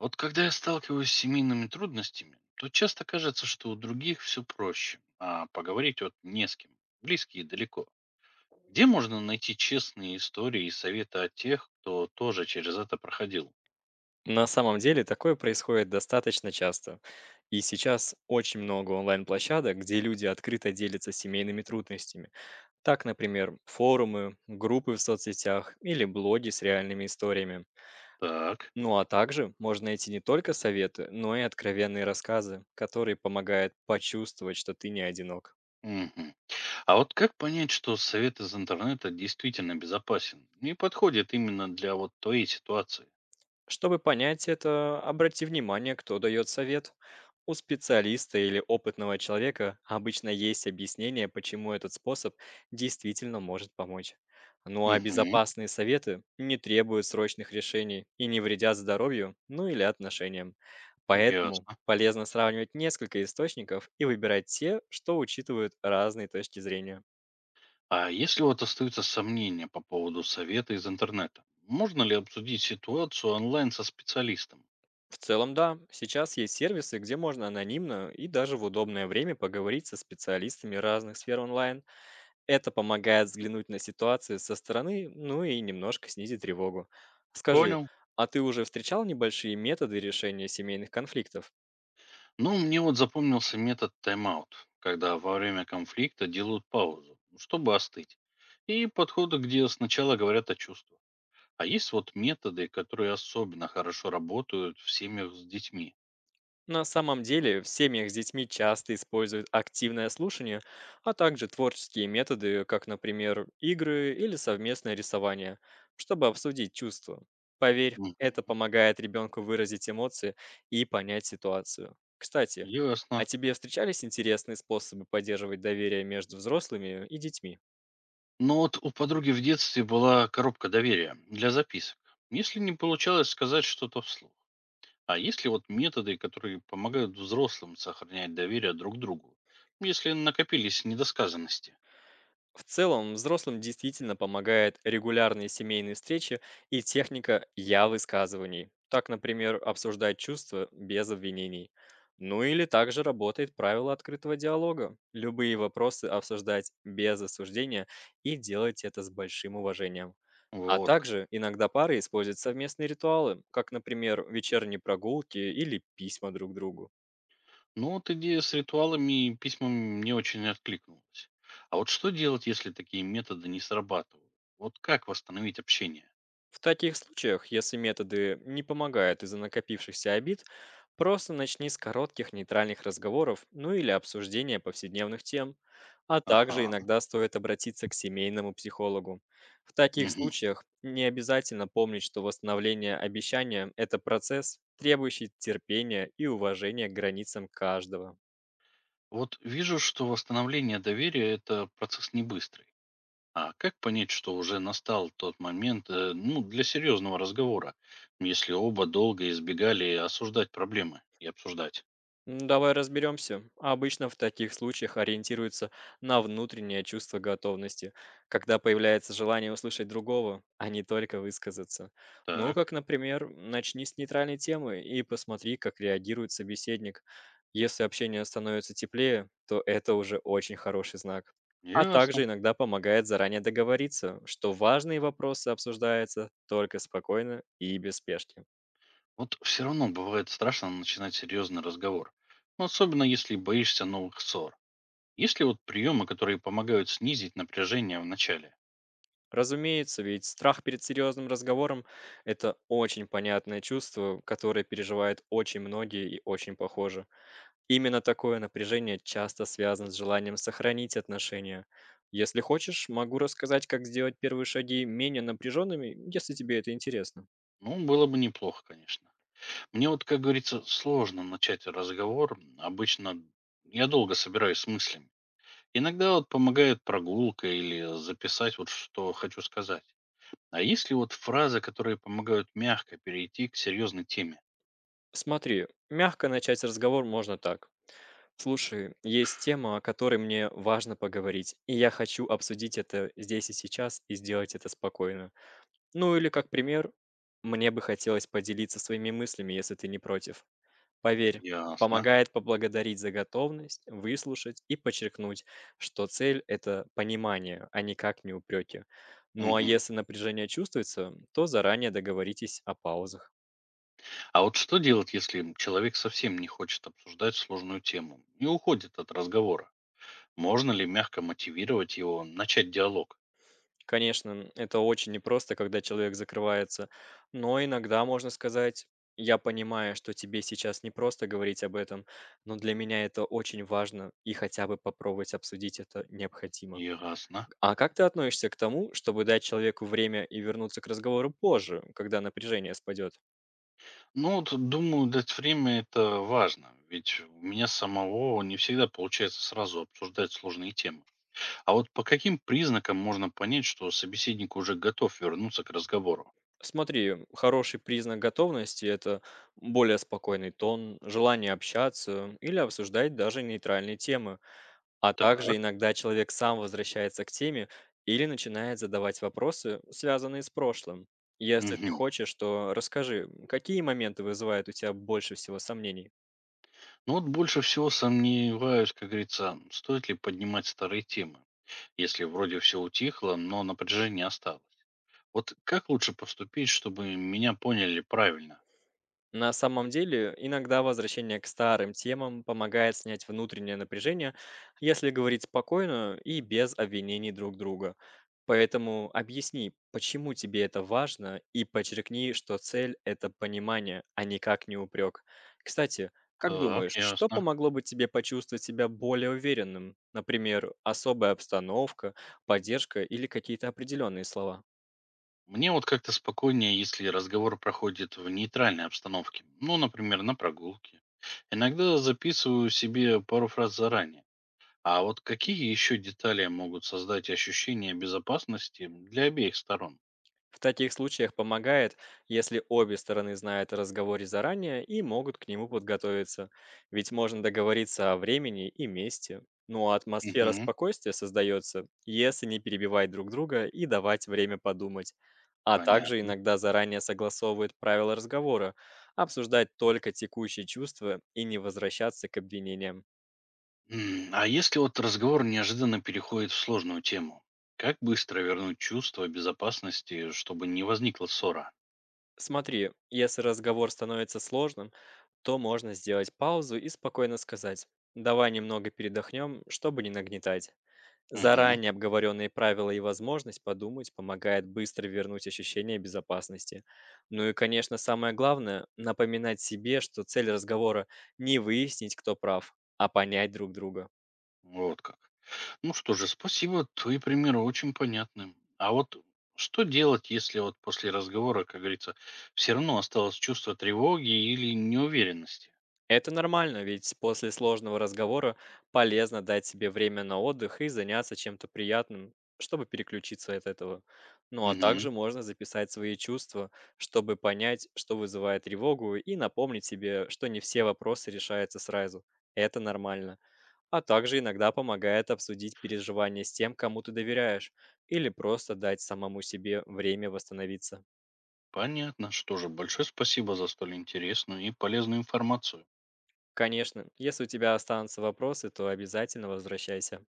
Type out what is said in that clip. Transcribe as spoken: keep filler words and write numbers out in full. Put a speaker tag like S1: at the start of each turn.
S1: Вот когда я сталкиваюсь с семейными трудностями, то часто кажется, что у других все проще, а поговорить вот не с кем, близкие далеко. Где можно найти честные истории и советы от тех, кто тоже через это проходил?
S2: На самом деле такое происходит достаточно часто. И сейчас очень много онлайн-площадок, где люди открыто делятся семейными трудностями. Так, например, форумы, группы в соцсетях или блоги с реальными историями.
S1: Так.
S2: Ну а также можно найти не только советы, но и откровенные рассказы, которые помогают почувствовать, что ты не одинок.
S1: Мгм. А вот как понять, что совет из интернета действительно безопасен и подходит именно для вот твоей ситуации?
S2: Чтобы понять это, обрати внимание, кто дает совет. У специалиста или опытного человека обычно есть объяснение, почему этот способ действительно может помочь. Ну а
S1: Угу,
S2: безопасные советы не требуют срочных решений и не вредят здоровью, ну или отношениям. Поэтому
S1: ясно.
S2: полезно сравнивать несколько источников и выбирать те, что учитывают разные точки зрения.
S1: А если вот остаются сомнения по поводу совета из интернета, можно ли обсудить ситуацию онлайн со специалистом?
S2: В целом, да. Сейчас есть сервисы, где можно анонимно и даже в удобное время поговорить со специалистами разных сфер онлайн. Это помогает взглянуть на ситуацию со стороны, ну и немножко снизить тревогу. Скажи,
S1: Понял.
S2: а ты уже встречал небольшие методы решения семейных конфликтов?
S1: Ну, мне вот запомнился метод тайм-аут, когда во время конфликта делают паузу, ну, чтобы остыть. И подходы, где сначала говорят о чувствах. А есть вот методы, которые особенно хорошо работают в семьях с детьми.
S2: На самом деле, в семьях с детьми часто используют активное слушание, а также творческие методы, как, например, игры или совместное рисование, чтобы обсудить чувства. Поверь,
S1: Мгм.
S2: это помогает ребенку выразить эмоции и понять ситуацию. Кстати, а
S1: Ясно.
S2: тебе встречались интересные способы поддерживать доверие между взрослыми и детьми?
S1: Но вот у подруги в детстве была коробка доверия для записок. Если не получалось сказать что-то вслух. А есть ли вот методы, которые помогают взрослым сохранять доверие друг к другу, если накопились недосказанности?
S2: В целом, взрослым действительно помогает регулярные семейные встречи и техника «я высказываний». Так, например, обсуждать чувства без обвинений. Ну или также работает правило открытого диалога. Любые вопросы обсуждать без осуждения и делать это с большим уважением. А
S1: Вот как.
S2: также иногда пары используют совместные ритуалы, как, например, вечерние прогулки или письма друг другу.
S1: Ну, вот идея с ритуалами и письмами мне очень откликнулась. А вот что делать, если такие методы не срабатывают? Вот как восстановить общение?
S2: В таких случаях, если методы не помогают из-за накопившихся обид, просто начни с коротких нейтральных разговоров, ну или обсуждения повседневных тем, а также
S1: Ага.
S2: иногда стоит обратиться к семейному психологу. В таких
S1: Мгм.
S2: случаях не обязательно помнить, что восстановление обещания – это процесс, требующий терпения и уважения к границам каждого.
S1: Вот вижу, что восстановление доверия– это процесс не быстрый. А как понять, что уже настал тот момент э, ну, для серьезного разговора, если оба долго избегали осуждать проблемы и обсуждать?
S2: М, Давай разберемся. Обычно в таких случаях ориентируются на внутреннее чувство готовности, когда появляется желание услышать другого, а не только высказаться. Ну,
S1: Так,
S2: как, например, начни с нейтральной темы и посмотри, как реагирует собеседник. Если общение становится теплее, то это уже очень хороший знак. А
S1: ясно.
S2: также иногда помогает заранее договориться, что важные вопросы обсуждаются только спокойно и без спешки.
S1: Вот все равно бывает страшно начинать серьезный разговор. Ну, особенно если боишься новых ссор. Есть ли вот приемы, которые помогают снизить напряжение в начале?
S2: Разумеется, ведь страх перед серьезным разговором – это очень понятное чувство, которое переживают очень многие и очень похоже. Именно такое напряжение часто связано с желанием сохранить отношения. Если хочешь, могу рассказать, как сделать первые шаги менее напряженными, если тебе это интересно.
S1: Ну, было бы неплохо, конечно. Мне вот, как говорится, сложно начать разговор. Обычно я долго собираюсь с мыслями. Иногда вот помогает прогулка или записать вот что хочу сказать. А есть ли вот фразы, которые помогают мягко перейти к серьезной теме?
S2: Смотри, мягко начать разговор можно так. Слушай, есть тема, о которой мне важно поговорить, и я хочу обсудить это здесь и сейчас и сделать это спокойно. Ну или как пример, мне бы хотелось поделиться своими мыслями, если ты не против. Поверь,
S1: Ясно.
S2: помогает поблагодарить за готовность, выслушать и подчеркнуть, что цель – это понимание, а никак не упреки. Ну а
S1: Мгм.
S2: если напряжение чувствуется, то заранее договоритесь о паузах.
S1: А вот что делать, если человек совсем не хочет обсуждать сложную тему и уходит от разговора? Можно ли мягко мотивировать его начать диалог?
S2: Конечно, это очень непросто, когда человек закрывается. Но иногда можно сказать, я понимаю, что тебе сейчас непросто говорить об этом, но для меня это очень важно, и хотя бы попробовать обсудить это необходимо.
S1: Ясно.
S2: А как ты относишься к тому, чтобы дать человеку время и вернуться к разговору позже, когда напряжение спадет?
S1: Ну вот, думаю, дать время– это важно, ведь у меня самого не всегда получается сразу обсуждать сложные темы. А вот по каким признакам можно понять, что собеседник уже готов вернуться к разговору?
S2: Смотри, хороший признак готовности – это более спокойный тон, желание общаться или обсуждать даже нейтральные темы. А также
S1: Так.
S2: иногда человек сам возвращается к теме или начинает задавать вопросы, связанные с прошлым. Если ты
S1: Мгм.
S2: хочешь, то расскажи, м, какие моменты вызывают у тебя больше всего сомнений?
S1: Ну вот больше всего сомневаюсь, как говорится, стоит ли поднимать старые темы, если вроде все утихло, но напряжение осталось. Вот как лучше поступить, чтобы меня поняли правильно?
S2: На самом деле, иногда возвращение к старым темам помогает снять внутреннее напряжение, если говорить спокойно и без обвинений друг друга. Поэтому объясни, почему тебе это важно, и подчеркни, что цель – это понимание, а никак не упрек. Кстати, как
S1: Так,
S2: думаешь, что
S1: ясно.
S2: помогло бы тебе почувствовать себя более уверенным? Например, особая обстановка, поддержка или какие-то определенные слова?
S1: Мне вот как-то спокойнее, если разговор проходит в нейтральной обстановке. Ну, например, на прогулке. Иногда записываю себе пару фраз заранее. А вот какие еще детали могут создать ощущение безопасности для обеих сторон?
S2: В таких случаях помогает, если обе стороны знают о разговоре заранее и могут к нему подготовиться, ведь можно договориться о времени и месте. Ну а атмосфера
S1: Угу,
S2: спокойствия создается, если не перебивать друг друга и давать время подумать. А также
S1: понятно.
S2: иногда заранее согласовывают правила разговора, обсуждать только текущие чувства и не возвращаться к обвинениям.
S1: М, А если вот разговор неожиданно переходит в сложную тему? Как быстро вернуть чувство безопасности, чтобы не возникла ссора?
S2: Смотри, если разговор становится сложным, то можно сделать паузу и спокойно сказать: «давай немного передохнем, чтобы не нагнетать».
S1: Угу,
S2: Заранее обговоренные правила и возможность подумать помогает быстро вернуть ощущение безопасности. Ну и, конечно, самое главное – напоминать себе, что цель разговора – не выяснить, кто прав, а понять друг друга.
S1: вот как. Ну что же, спасибо, твои примеры очень понятны. А вот что делать, если вот после разговора, как говорится, все равно осталось чувство тревоги или неуверенности?
S2: Это нормально, ведь после сложного разговора полезно дать себе время на отдых и заняться чем-то приятным, чтобы переключиться от этого. Ну а
S1: Угу,
S2: также можно записать свои чувства, чтобы понять, что вызывает тревогу, и напомнить себе, что не все вопросы решаются сразу. Это нормально. А также иногда помогает обсудить переживания с тем, кому ты доверяешь, или просто дать самому себе время восстановиться.
S1: понятно. Что же, большое спасибо за столь интересную и полезную информацию.
S2: Конечно, если у тебя останутся вопросы, то обязательно возвращайся.